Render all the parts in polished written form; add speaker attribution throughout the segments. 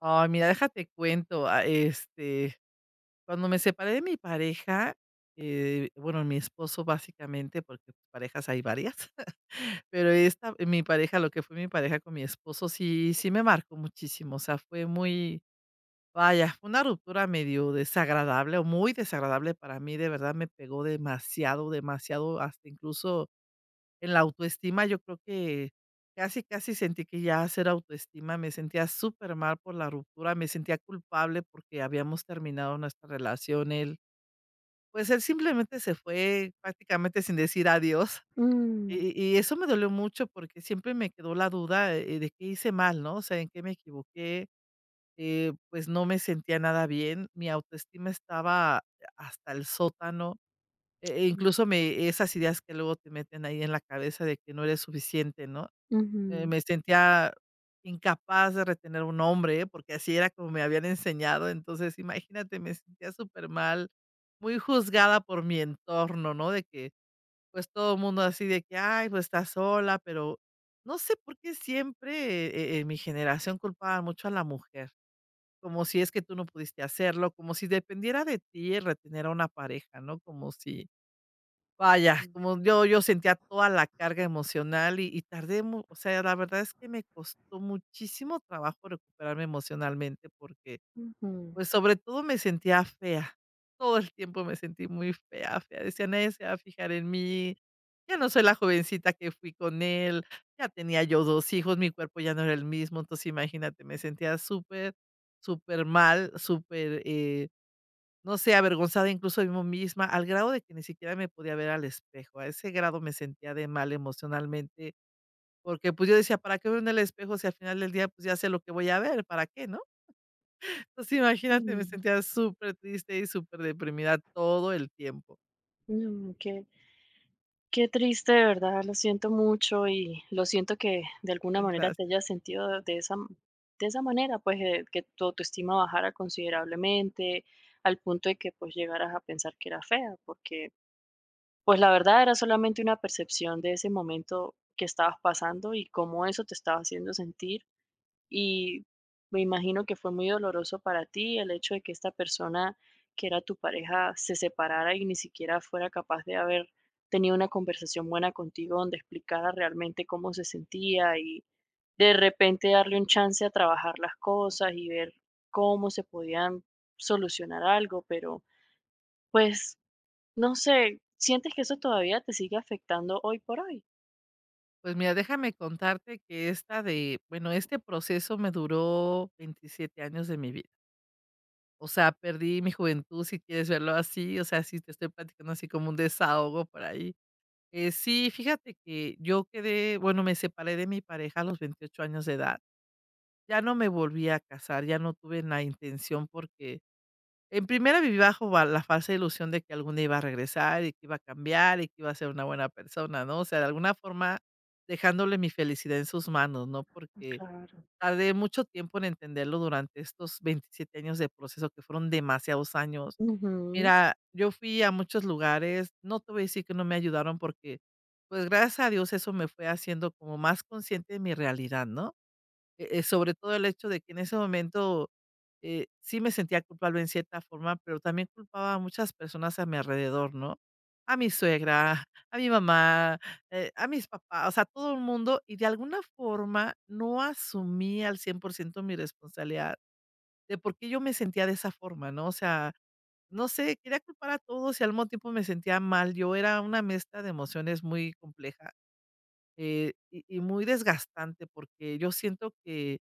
Speaker 1: Ay, mira, déjate cuento, cuando me separé de mi pareja, bueno, mi esposo básicamente, porque parejas hay varias, pero esta, mi pareja, lo que fue mi pareja con mi esposo, sí me marcó muchísimo, o sea, fue muy, vaya, fue una ruptura medio desagradable o muy desagradable para mí, de verdad me pegó demasiado, demasiado, hasta incluso en la autoestima, yo creo que casi, casi sentí que ya hacer autoestima, me sentía súper mal por la ruptura, me sentía culpable porque habíamos terminado nuestra relación, él pues, él simplemente se fue prácticamente sin decir adiós,
Speaker 2: Mm,
Speaker 1: y eso me dolió mucho porque siempre me quedó la duda, de qué hice mal, ¿no? O sea, en qué me equivoqué, pues, no me sentía nada bien, mi autoestima estaba hasta el sótano, e
Speaker 2: mm,
Speaker 1: incluso me esas ideas que luego te meten ahí en la cabeza de que no eres suficiente, ¿no?
Speaker 2: ujú,
Speaker 1: Me sentía incapaz de retener un hombre porque así era como me habían enseñado. Entonces, imagínate, me sentía súper mal muy juzgada por mi entorno, ¿no? De que, pues, todo el mundo así de que: "Ay, pues, está sola", pero no sé por qué siempre, en mi generación culpaba mucho a la mujer, como si es que tú no pudiste hacerlo, como si dependiera de ti el retener a una pareja, ¿no? Como si vaya, como yo sentía toda la carga emocional y tardé mu o sea, la verdad es que me costó muchísimo trabajo recuperarme emocionalmente porque,
Speaker 2: ujú,
Speaker 1: pues, sobre todo me sentía fea. Todo el tiempo me sentí muy fea, fea. Decía: "Nadie se va a fijar en mí, ya no soy la jovencita que fui con él, ya tenía yo 2 hijos, mi cuerpo ya no era el mismo". Entonces, imagínate, me sentía súper, súper mal, súper, no sé, avergonzada incluso de mí misma, al grado de que ni siquiera me podía ver al espejo. A ese grado me sentía de mal emocionalmente, porque, pues, yo decía: "¿Para qué veo en el espejo si al final del día, pues, ya sé lo que voy a ver? ¿Para qué?", ¿no? Entonces, imagínate, me
Speaker 2: mm.
Speaker 1: sentía súper triste y súper deprimida todo el tiempo.
Speaker 2: No, qué triste, de verdad, lo siento mucho y lo siento que de alguna
Speaker 1: Ay,
Speaker 2: manera te
Speaker 1: gracias.
Speaker 2: hayas sentido de esa manera, pues, que tu autoestima bajara considerablemente, al punto de que, pues, llegaras a pensar que era fea, porque, pues, la verdad era solamente una percepción de ese momento que estabas pasando y cómo eso te estaba haciendo sentir. Y me imagino que fue muy doloroso para ti el hecho de que esta persona que era tu pareja se separara y ni siquiera fuera capaz de haber tenido una conversación buena contigo donde explicara realmente cómo se sentía y de repente darle un chance a trabajar las cosas y ver cómo se podían solucionar algo, pero pues no sé, ¿sientes que eso todavía te sigue afectando hoy por hoy?
Speaker 1: Pues mira, déjame contarte que esta de bueno, este proceso me duró 27 años de mi vida. O sea, perdí mi juventud, si quieres verlo así, o sea, si te estoy platicando así como un desahogo por ahí. Sí, fíjate que yo quedé bueno, me separé de mi pareja a los 28 años de edad. Ya no me volví a casar, ya no tuve la intención porque, en primera, viví bajo va la falsa ilusión de que algún día iba a regresar y que iba a cambiar y que iba a ser una buena persona, ¿no? O sea, de alguna forma, dejándole mi felicidad en sus manos, ¿no? Porque
Speaker 2: Claro.
Speaker 1: tardé mucho tiempo en entenderlo durante estos 27 años de proceso, que fueron demasiados años.
Speaker 2: Ujú,
Speaker 1: Mira, yo fui a muchos lugares, no te voy a decir que no me ayudaron porque, pues, gracias a Dios eso me fue haciendo como más consciente de mi realidad, ¿no? Sobre todo el hecho de que en ese momento, sí me sentía culpable en cierta forma, pero también culpaba a muchas personas a mi alrededor, ¿no? A mi suegra, a mi mamá, a mis papás, o sea, todo el mundo, y de alguna forma no asumí al 100% mi responsabilidad de por qué yo me sentía de esa forma, ¿no? O sea, no sé, quería culpar a todos y al mismo tiempo me sentía mal. Yo era una mezcla de emociones muy compleja y muy desgastante porque yo siento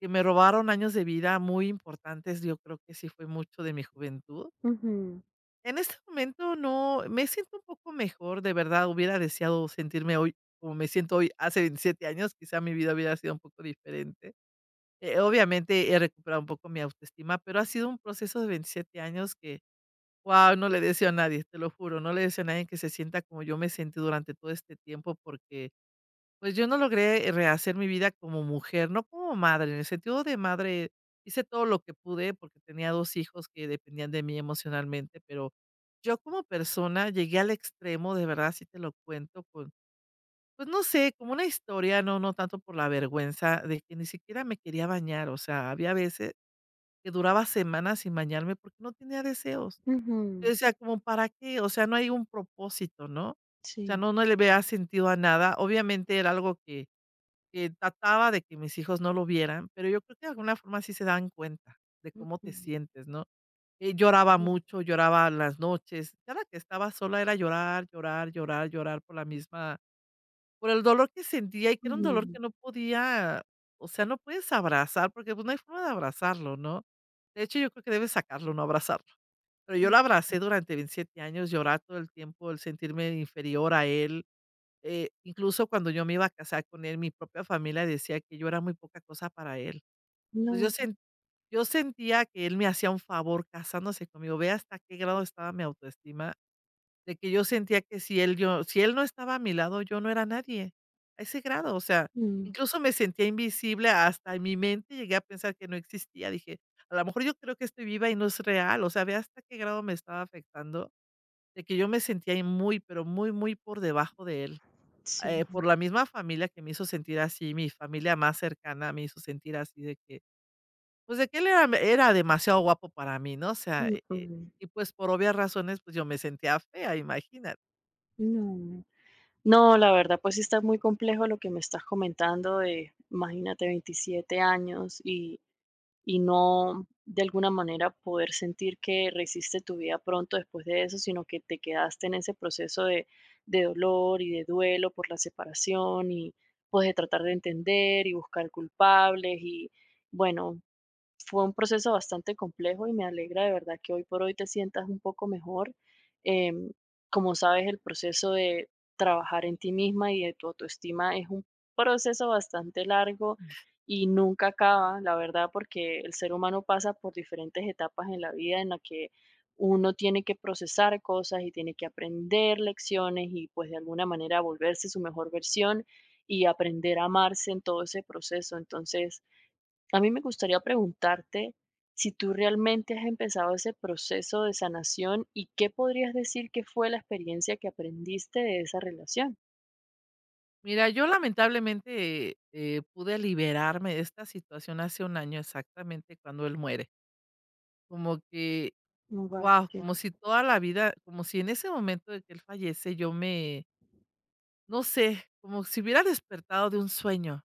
Speaker 1: que me robaron años de vida muy importantes. Yo creo que sí fue mucho de mi juventud.
Speaker 2: ujú,
Speaker 1: En este momento no, me siento un poco mejor, de verdad hubiera deseado sentirme hoy como me siento hoy hace 27 años, quizá mi vida hubiera sido un poco diferente obviamente he recuperado un poco mi autoestima, pero ha sido un proceso de 27 años que, wow no le deseo a nadie, te lo juro, no le deseo a nadie que se sienta como yo me sentí durante todo este tiempo, porque pues yo no logré rehacer mi vida como mujer, no como madre, en el sentido de madre hice todo lo que pude porque tenía dos hijos que dependían de mí emocionalmente, pero yo como persona llegué al extremo, de verdad, si te lo cuento, con, pues no sé, como una historia, no, no tanto por la vergüenza de que ni siquiera me quería bañar, o sea, había veces que duraba semanas sin bañarme porque no tenía deseos. Yo
Speaker 2: ujú.
Speaker 1: decía: "¿Como para qué?". O sea, no hay un propósito, ¿no? O sea,
Speaker 2: Sí.
Speaker 1: no le veía sentido a nada. Obviamente era algo que trataba de que mis hijos no lo vieran, pero yo creo que de alguna forma sí se dan cuenta de cómo te sientes, ¿no? Lloraba
Speaker 2: Ujú.
Speaker 1: mucho, lloraba las noches. Cada que estaba sola era llorar, llorar, llorar, llorar por la misma por el dolor que sentía, y que era un dolor
Speaker 2: Mm,
Speaker 1: que no podía, o sea, no puedes abrazar, porque, pues, no hay forma de abrazarlo, ¿no? De hecho, yo creo que debes sacarlo, no abrazarlo. Pero yo
Speaker 2: mm,
Speaker 1: lo abracé durante 27 años, llorar todo el tiempo, el sentirme inferior a él, incluso cuando yo me iba a casar con él, mi propia familia decía que yo era muy poca cosa para él. Pues,
Speaker 2: no,
Speaker 1: yo sentía que él me hacía un favor casándose conmigo, ve hasta qué grado estaba mi autoestima. De que yo sentía que si él yo si él no estaba a mi lado, yo no era nadie, a ese grado, o sea,
Speaker 2: mm,
Speaker 1: incluso me sentía invisible, hasta en mi mente llegué a pensar que no existía, dije: "A lo mejor yo creo que estoy viva y no es real", o sea, ve hasta qué grado me estaba afectando, de que yo me sentía ahí muy, pero muy, muy por debajo de él,
Speaker 2: sí,
Speaker 1: por la misma familia que me hizo sentir así, mi familia más cercana me hizo sentir así de que, pues, de que él era demasiado guapo para mí, ¿no? O sea,
Speaker 2: mm, mm,
Speaker 1: y pues, por obvias razones, pues, yo me sentía fea, imagínate.
Speaker 2: no. No, la verdad, pues sí está muy complejo lo que me estás comentando de, imagínate, 27 años y no de alguna manera poder sentir que resiste tu vida pronto después de eso, sino que te quedaste en ese proceso de dolor y de duelo por la separación y pues de tratar de entender y buscar culpables y bueno, fue un proceso bastante complejo y me alegra de verdad que hoy por hoy te sientas un poco mejor. Em, Como sabes, el proceso de trabajar en ti misma y de tu autoestima es un proceso bastante largo y nunca acaba, la verdad, porque el ser humano pasa por diferentes etapas en la vida en la que uno tiene que procesar cosas y tiene que aprender lecciones y pues de alguna manera volverse su mejor versión y aprender a amarse en todo ese proceso. Entonces, a mí me gustaría preguntarte si tú realmente has empezado ese proceso de sanación y qué podrías decir que fue la experiencia que aprendiste de esa relación.
Speaker 1: Mira, yo lamentablemente, pude liberarme de esta situación hace un año exactamente cuando él muere. Como que,
Speaker 2: Wow.
Speaker 1: guau, como si toda la vida, como si en ese momento de que él fallece, no sé, como si hubiera despertado de un sueño,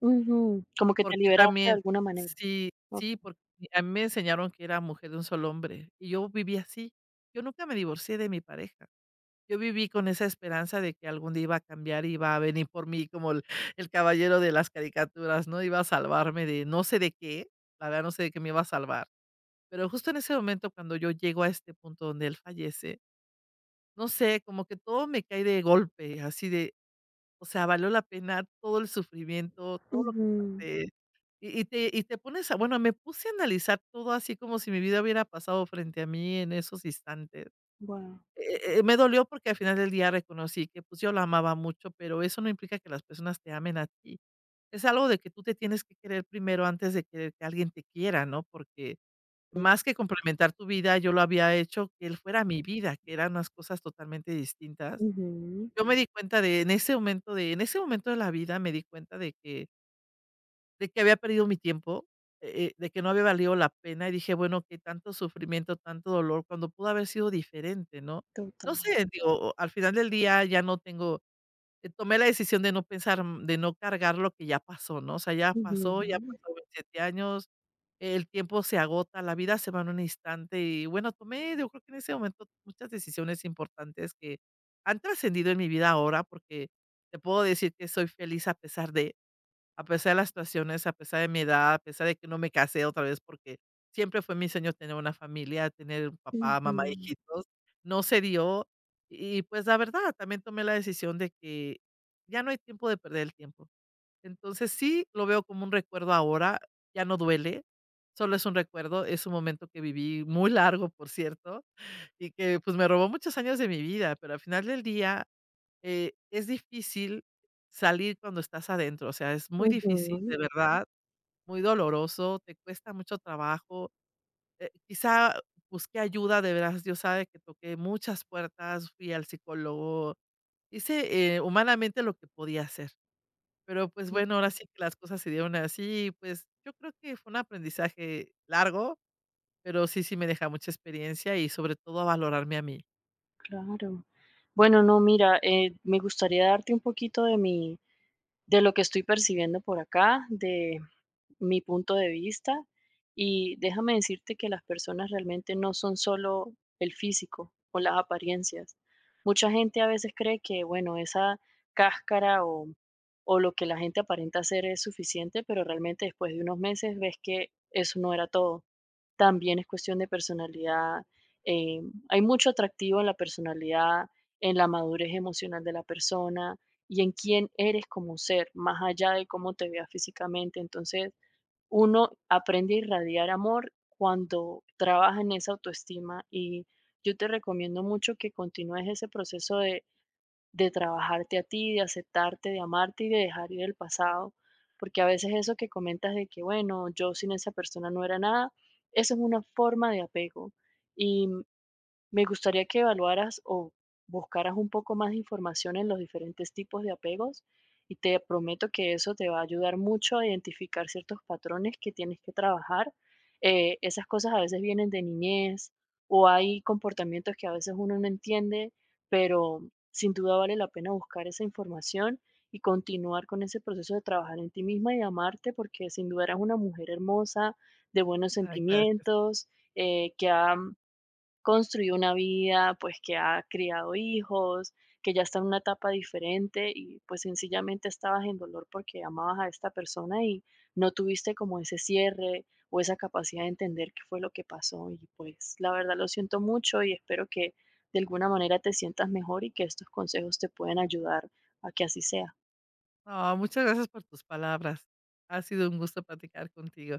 Speaker 2: Como que te
Speaker 1: porque
Speaker 2: liberaste de
Speaker 1: también
Speaker 2: alguna manera.
Speaker 1: sí,
Speaker 2: Ok.
Speaker 1: sí, porque a mí me enseñaron que era mujer de un solo hombre, y yo viví así. Yo nunca me divorcié de mi pareja. Yo viví con esa esperanza de que algún día iba a cambiar y iba a venir por mí como el caballero de las caricaturas, ¿no? Iba a salvarme de no sé de qué, la verdad no sé de qué me iba a salvar. Pero justo en ese momento cuando yo llego a este punto donde él fallece, no sé, como que todo me cae de golpe, así de, o sea, valió la pena todo el sufrimiento, todo lo que
Speaker 2: Ujú.
Speaker 1: pasé. Y te pones a, bueno, me puse a analizar todo así como si mi vida hubiera pasado frente a mí en esos instantes
Speaker 2: Wow.
Speaker 1: me dolió porque al final del día reconocí que, pues, yo la amaba mucho, pero eso no implica que las personas te amen a ti. Es algo de que tú te tienes que querer primero antes de querer que alguien te quiera, ¿no? Porque más que complementar tu vida, yo lo había hecho que él fuera mi vida, que eran unas cosas totalmente distintas.
Speaker 2: Ujú.
Speaker 1: Yo me di cuenta de en ese momento de la vida me di cuenta de que había perdido mi tiempo, de que no había valido la pena, y dije: "Bueno, qué tanto sufrimiento, tanto dolor", cuando pudo haber sido diferente, ¿no? No
Speaker 2: Total.
Speaker 1: sé, digo, al final del día ya no tengo tomé la decisión de no pensar, de no cargar lo que ya pasó, ¿no? O sea,
Speaker 2: Ujú,
Speaker 1: ya pasó 27 años, el tiempo se agota, la vida se va en un instante y bueno, tomé, yo creo que en ese momento muchas decisiones importantes que han trascendido en mi vida ahora, porque te puedo decir que soy feliz a pesar de las situaciones, a pesar de mi edad, a pesar de que no me casé otra vez, porque siempre fue mi sueño tener una familia, tener un papá, mamá,
Speaker 2: ujú,
Speaker 1: hijitos, no se dio. Y pues la verdad, también tomé la decisión de que ya no hay tiempo de perder el tiempo. Entonces sí lo veo como un recuerdo ahora, ya no duele, solo es un recuerdo, es un momento que viví muy largo, por cierto, y que pues me robó muchos años de mi vida, pero al final del día es difícil salir cuando estás adentro, o sea, es muy difícil,
Speaker 2: ujú,
Speaker 1: de verdad, muy doloroso, te cuesta mucho trabajo. Quizá busqué ayuda, de veras, Dios sabe que toqué muchas puertas, fui al psicólogo, hice, humanamente lo que podía hacer. Pero, pues,
Speaker 2: ujú,
Speaker 1: bueno, ahora sí que las cosas se dieron así, pues, yo creo que fue un aprendizaje largo, pero sí, sí me deja mucha experiencia y sobre todo a valorarme a mí.
Speaker 2: claro. Bueno, no, mira, me gustaría darte un poquito de mi, de lo que estoy percibiendo por acá, de mi punto de vista. Y déjame decirte que las personas realmente no son solo el físico o las apariencias. Mucha gente a veces cree que, bueno, esa cáscara o, o lo que la gente aparenta ser es suficiente, pero realmente después de unos meses ves que eso no era todo. También es cuestión de personalidad. eh, Hay mucho atractivo en la personalidad, en la madurez emocional de la persona y en quién eres como ser, más allá de cómo te veas físicamente. Entonces, uno aprende a irradiar amor cuando trabaja en esa autoestima y yo te recomiendo mucho que continúes ese de trabajarte a ti, de aceptarte, de amarte y de dejar ir el pasado, porque a veces eso que comentas de que, bueno, yo sin esa persona no era nada, eso es una forma de apego. Y me gustaría que evaluaras o buscaras un poco más de información en los diferentes tipos de apegos y te prometo que eso te va a ayudar mucho a identificar ciertos patrones que tienes que trabajar. Esas cosas a veces vienen de niñez o hay comportamientos que a veces uno no entiende, pero sin duda vale la pena buscar esa información y continuar con ese proceso de trabajar en ti misma y amarte porque sin duda eres una mujer hermosa, de buenos
Speaker 1: Ay, gracias.
Speaker 2: sentimientos, que ha construyó una vida, pues que ha criado hijos, que ya está en una etapa diferente y pues sencillamente estabas en dolor porque amabas a esta persona y no tuviste como ese cierre o esa capacidad de entender qué fue lo que pasó y pues la verdad lo siento mucho y espero que de alguna manera te sientas mejor y que estos consejos te puedan ayudar a que así sea.
Speaker 1: Ah, muchas gracias por tus palabras. Ha sido un gusto platicar contigo.